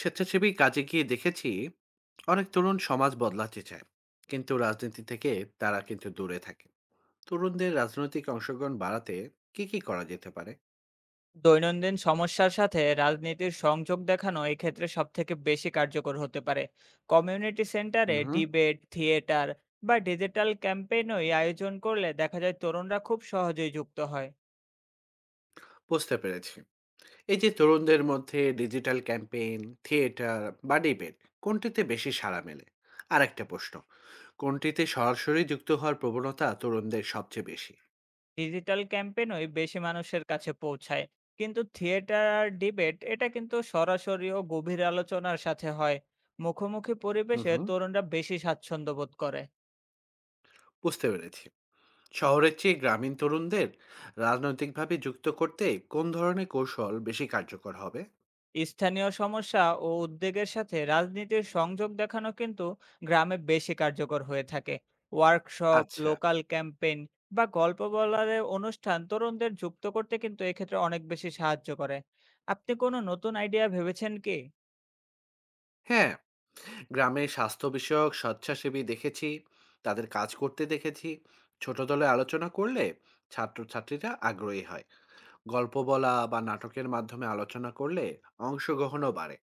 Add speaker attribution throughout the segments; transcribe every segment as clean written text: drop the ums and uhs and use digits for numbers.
Speaker 1: স্বেচ্ছাসেবী কাজে গিয়ে দেখেছি অনেক তরুণ সমাজ বদলাতে চায়, কিন্তু রাজনীতি থেকে তারা কিন্তু দূরে থাকে। তরুণদের রাজনৈতিক অংশগ্রহণ বাড়াতে কি কি করা যেতে পারে?
Speaker 2: দৈনন্দিন সমস্যার সাথে রাজনীতির সংযোগ দেখানো এক্ষেত্রে সব থেকে বেশি কার্যকর হতে পারে। কমিউনিটি সেন্টারে
Speaker 1: হুম,
Speaker 2: ডিবেট, থিয়েটার বা ডিজিটাল ক্যাম্পেইনই আয়োজন করলে দেখা যায় তরুণরা খুব সহজেই যুক্ত হয়।
Speaker 1: বুঝতে পেরেছি। এই যে তরুণদের মধ্যে ডিজিটাল ক্যাম্পেইন, থিয়েটার বা ডিবেট, কোনটিতে বেশি সাড়া মেলে? আর একটা প্রশ্ন, কোনটিতে সরাসরি যুক্ত হওয়ার প্রবণতা তরুণদের সবচেয়ে বেশি?
Speaker 2: ডিজিটাল ক্যাম্পেইনই বেশি মানুষের কাছে পৌঁছায়, কিন্তু থিয়েটার আর ডিবেট এটা কিন্তু সরাসরি ও গভীর আলোচনার সাথে হয়। মুখোমুখি
Speaker 1: হুম
Speaker 2: পরিবেশে
Speaker 1: হুম,
Speaker 2: তরুণরা বেশি স্বাচ্ছন্দ্য বোধ করে।
Speaker 1: বুঝতে পেরেছি। শহরের চেয়ে গ্রামীণ তরুণদের রাজনৈতিকভাবে যুক্ত করতে কোন ধরনের কৌশল বেশি কার্যকর হবে?
Speaker 2: স্থানীয় সমস্যা ও উদ্বেগের সাথে রাজনীতির সংযোগ দেখানো কিন্তু গ্রামে বেশি কার্যকর হয়ে থাকে। ওয়ার্কশপ,
Speaker 1: আচ্ছা।
Speaker 2: লোকাল ক্যাম্পেইন বা গল্প বলার অনুষ্ঠান তরুণদের যুক্ত করতে কিন্তু এক্ষেত্রে অনেক বেশি সাহায্য করে। আপনি কোনো নতুন আইডিয়া ভেবেছেন কি?
Speaker 1: হ্যাঁ, গ্রামে স্বাস্থ্য বিষয়ক স্বেচ্ছাসেবী দেখেছি, তাদের কাজ করতে দেখেছি। ছোট দলে আলোচনা করলে ছাত্রছাত্রীরা আগ্রহী হয়। গল্প বলা বা নাটকের মাধ্যমে আলোচনা করলে অংশগ্রহণও বাড়ে।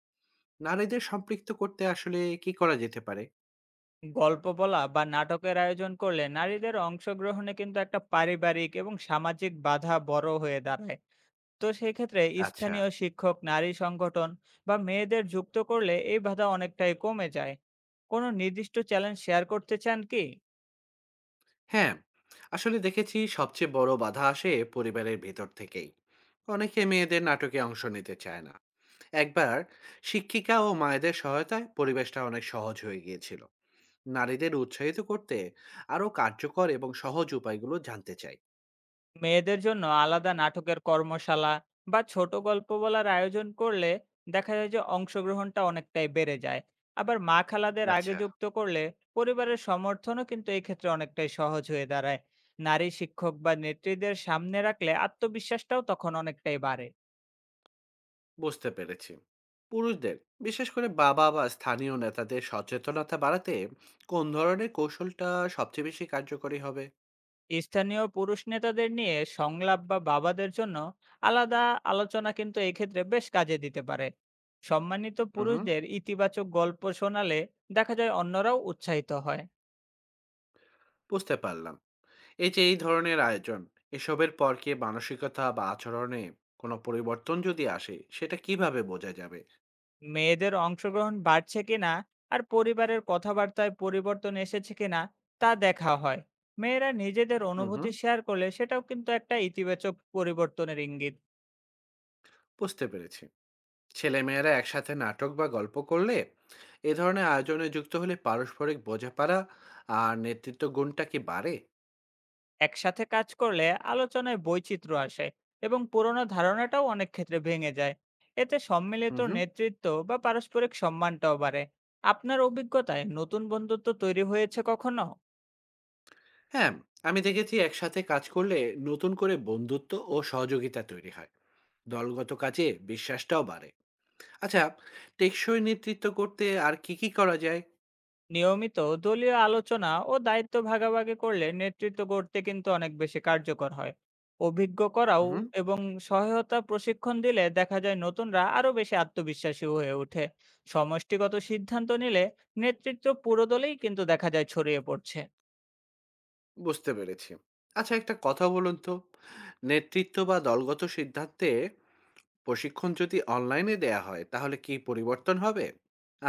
Speaker 1: নারীদের সম্পৃক্ত করতে আসলে কি করা যেতে পারে?
Speaker 2: গল্প বলা বা নাটকের আয়োজন করলে নারীদের অংশগ্রহণে কিন্তু একটা পারিবারিক এবং সামাজিক বাধা বড় হয়ে দাঁড়ায়। তো সেক্ষেত্রে
Speaker 1: আচ্ছা।
Speaker 2: স্থানীয় শিক্ষক, নারী সংগঠন বা মেয়েদের যুক্ত করলে এই বাধা অনেকটাই কমে যায়। কোনো নির্দিষ্ট চ্যালেঞ্জ শেয়ার করতে চান কি?
Speaker 1: হ্যাঁ, আসলে দেখেছি সবচেয়ে বড় বাধা আসে পরিবারের ভেতর থেকেই। অনেকে মেয়েদের নাটকে অংশ নিতে চায় না। একবার শিক্ষিকা ও মায়েদের সহায়তায় পরিবেশটা অনেক সহজ হয়ে গিয়েছিল। নারীদের উৎসাহিত করতে আরো কার্যকর এবং সহজ উপায়গুলো জানতে চাই।
Speaker 2: মেয়েদের জন্য আলাদা নাটকের কর্মশালা বা ছোট গল্প বলার আয়োজন করলে দেখা যায় যে অংশগ্রহণটা অনেকটাই বেড়ে যায়। আবার মা খালাদের আগে
Speaker 1: আচ্ছা,
Speaker 2: যুক্ত করলে পরিবারের সমর্থনও কিন্তু এই ক্ষেত্রে অনেকটাই সহজ হয়ে দাঁড়ায়। নারী শিক্ষক বা নেত্রীদের সামনে রাখলে আত্মবিশ্বাসটাও তখন অনেকটাই বাড়ে।
Speaker 1: বুঝতে পেরেছি। পুরুষদের, বিশেষ করে বাবা বা স্থানীয় নেতাদের সচেতনতা বাড়াতে কোন ধরনের কৌশলটা সবচেয়ে বেশি কার্যকরী হবে?
Speaker 2: স্থানীয় পুরুষ নেতাদের নিয়ে সংলাপ বা বাবাদের জন্য আলাদা আলোচনা কিন্তু এক্ষেত্রে বেশ কাজে দিতে পারে। সম্মানিত
Speaker 1: হুম,
Speaker 2: পুরুষদের ইতিবাচক গল্প শোনালে দেখা যায় অন্যরাও উৎসাহিত হয়।
Speaker 1: বুঝতে পারলাম। এই যে এই ধরনের আয়োজন, এসবের পর কি মানসিকতা বা আচরণে কোনো পরিবর্তন যদি আসে সেটা কিভাবে বোঝা যাবে?
Speaker 2: মেয়েদের অংশগ্রহণ বাড়ছে কিনা আর পরিবারের কথাবার্তায় পরিবর্তন এসেছে কিনা তা দেখা হয়। মেয়েরা নিজেদের
Speaker 1: হুম হুম,
Speaker 2: অনুভূতি শেয়ার করলে সেটাও কিন্তু একটা ইতিবাচক পরিবর্তনের ইঙ্গিত।
Speaker 1: বুঝতে পেরেছি। ছেলেমেয়েরা একসাথে নাটক বা গল্প করলে, এ ধরনের আয়োজনে যুক্ত হলে পারস্পরিক বোঝাপড়া আর নেতৃত্ব গুণটা কি বাড়ে?
Speaker 2: একসাথে কাজ করলে আলোচনায় বৈচিত্র্য আসে এবং পুরোনো ধারণাটাও অনেক ক্ষেত্রে ভেঙে যায়। এতে সম্মিলিত
Speaker 1: হুম হুম।
Speaker 2: নেতৃত্ব বা পারস্পরিক সম্মানটাও বাড়ে। আপনার অভিজ্ঞতায় নতুন বন্ধুত্ব তৈরি হয়েছে কখনো?
Speaker 1: হ্যাঁ, আমি দেখেছি একসাথে কাজ করলে নতুন করে বন্ধুত্ব ও সহযোগিতা তৈরি হয়। দলগত কাজে বিশ্বাসটাও বাড়ে। আচ্ছা, টেকসই নেতৃত্ব করতে আর কি কি করা যায়?
Speaker 2: নিয়মিত দলীয় আলোচনা ও দায়িত্ব ভাগাভাগি করলে নেতৃত্ব গড়তে কিন্তু অনেক বেশি কার্যকর হয়। অভিজ্ঞ করাও
Speaker 1: হুম।
Speaker 2: এবং সহায়তা প্রশিক্ষণ দিলে দেখা যায় নতুনরা আরো বেশি আত্মবিশ্বাসী হয়ে ওঠে। সমষ্টিগত সিদ্ধান্ত নিলে নেতৃত্ব পুরো দলেই কিন্তু দেখা যায় ছড়িয়ে পড়ছে।
Speaker 1: বুঝতে পেরেছি। আচ্ছা, একটা কথা বলুন তো, নেতৃত্ব বা দলগত সিদ্ধান্তে প্রশিক্ষণ যদি অনলাইনে দেয়া হয় তাহলে কি পরিবর্তন হবে?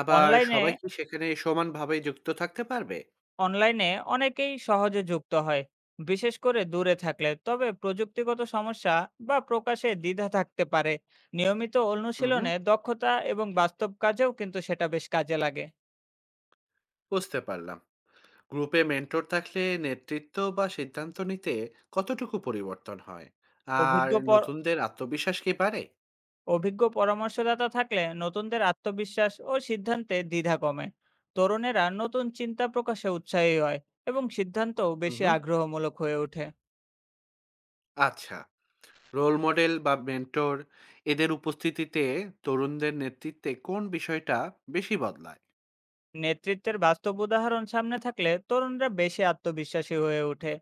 Speaker 1: আবার
Speaker 2: অনলাইনে
Speaker 1: সবাই কি সেখানে সমানভাবে যুক্ত থাকতে পারবে?
Speaker 2: অনলাইনে অনেকেই সহজে যুক্ত হয়, বিশেষ করে দূরে থাকলে। তবে প্রযুক্তিগত সমস্যা বা প্রকাশে দ্বিধা থাকতে পারে। নিয়মিত
Speaker 1: উহু,
Speaker 2: অনুশীলনে দক্ষতা এবং বাস্তব কাজেও কিন্তু সেটা বেশ কাজে লাগে।
Speaker 1: বুঝতে পারলাম। গ্রুপে মেন্টর থাকলে নেতৃত্ব বা সিদ্ধান্ত নিতে কতটুকু পরিবর্তন হয়? আর
Speaker 2: অভিজ্ঞ পর-
Speaker 1: নতুনদের আত্মবিশ্বাস কি বাড়ে?
Speaker 2: অভিজ্ঞ পরামর্শদাতা থাকলে নতুনদের আত্মবিশ্বাস ও সিদ্ধান্তে দ্বিধা কমে। তরুণেরা নতুন চিন্তা প্রকাশে উৎসাহী হয় এবং সিদ্ধান্তও বেশি
Speaker 1: উহু,
Speaker 2: আগ্রহমূলক হয়ে ওঠে।
Speaker 1: আচ্ছা। রোল মডেল বা মেন্টর, এদের উপস্থিতিতে তরুণদের নেতৃত্বে কোন বিষয়টা বেশি বদলায়?
Speaker 2: নেতৃত্বের বাস্তব উদাহরণ সামনে থাকলে তরুণরা বেশি আত্মবিশ্বাসী হয়ে ওঠে।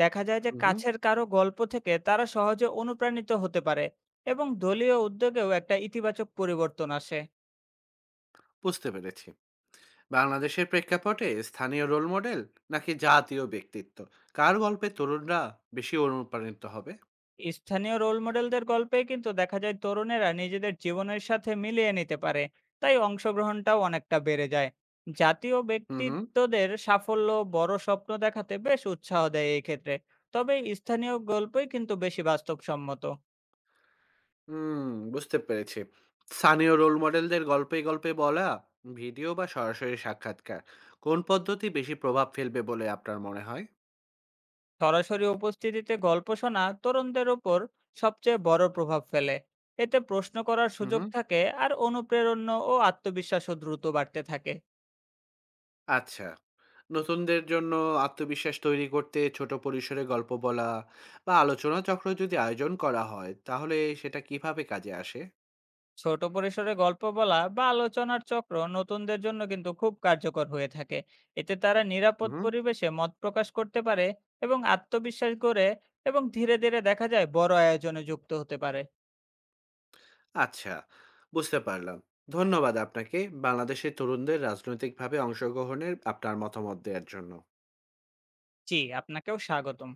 Speaker 2: দেখা যায় যে
Speaker 1: হুম,
Speaker 2: কাছের কারো গল্প থেকে তারা সহজে অনুপ্রাণিত হতে পারে এবং দলীয় উদ্যোগেও একটা ইতিবাচক পরিবর্তন আসে।
Speaker 1: বুঝতে পেরেছি। বাংলাদেশের প্রেক্ষাপটে স্থানীয় রোল মডেল নাকি জাতীয় ব্যক্তিত্ব, কার গল্পে তরুণরা বেশি অনুপ্রাণিত হবে?
Speaker 2: স্থানীয় রোল মডেলদের গল্পে কিন্তু দেখা যায় তরুণেরা নিজেদের জীবনের সাথে মিলিয়ে নিতে পারে, তাই অংশগ্রহণটাও অনেকটা বেড়ে যায়। জাতীয়
Speaker 1: হুম হুম।
Speaker 2: ব্যক্তিত্বদের সাফল্য বড় স্বপ্ন দেখাতে বেশ উৎসাহ দেয় এই ক্ষেত্রে। তবে স্থানীয় গল্পই কিন্তু বেশি বাস্তবসম্মত।
Speaker 1: হুম, বুঝতে পেরেছি। স্থানীয় রোল মডেলদের গল্পে গল্পে বলা, ভিডিও বা সরাসরি সাক্ষাৎকার, কোন পদ্ধতি বেশি প্রভাব ফেলবে বলে আপনার মনে হয়?
Speaker 2: সরাসরি উপস্থিতিতে গল্প শোনা তরুণদের উপর সবচেয়ে বড় প্রভাব ফেলে। এতে প্রশ্ন করার
Speaker 1: হুম
Speaker 2: সুযোগ
Speaker 1: হুম,
Speaker 2: থাকে আর অনুপ্রেরণা ও আত্মবিশ্বাসও দ্রুত বাড়তে থাকে।
Speaker 1: আচ্ছা। নতুনদের জন্য আত্মবিশ্বাস তৈরি করতে ছোট পরিসরে গল্প বলা বা আলোচনা চক্র যদি আয়োজন করা হয় তাহলে সেটা কিভাবে কাজে আসে?
Speaker 2: ছোট পরিসরে গল্প বলা বা আলোচনার চক্র নতুনদের জন্য কিন্তু খুব কার্যকর হয়ে থাকে। এতে তারা নিরাপদ
Speaker 1: হুম,
Speaker 2: পরিবেশে মত প্রকাশ করতে পারে এবং আত্মবিশ্বাস গড়ে এবং ধীরে ধীরে দেখা যায় বড় আয়োজনে যুক্ত হতে পারে।
Speaker 1: আচ্ছা, বুঝতে পারলাম। ধন্যবাদ আপনাকে বাংলাদেশের তরুণদের রাজনৈতিকভাবে অংশগ্রহণের আপনার মতামত দেওয়ার জন্য।
Speaker 2: জি, আপনাকেও স্বাগতম।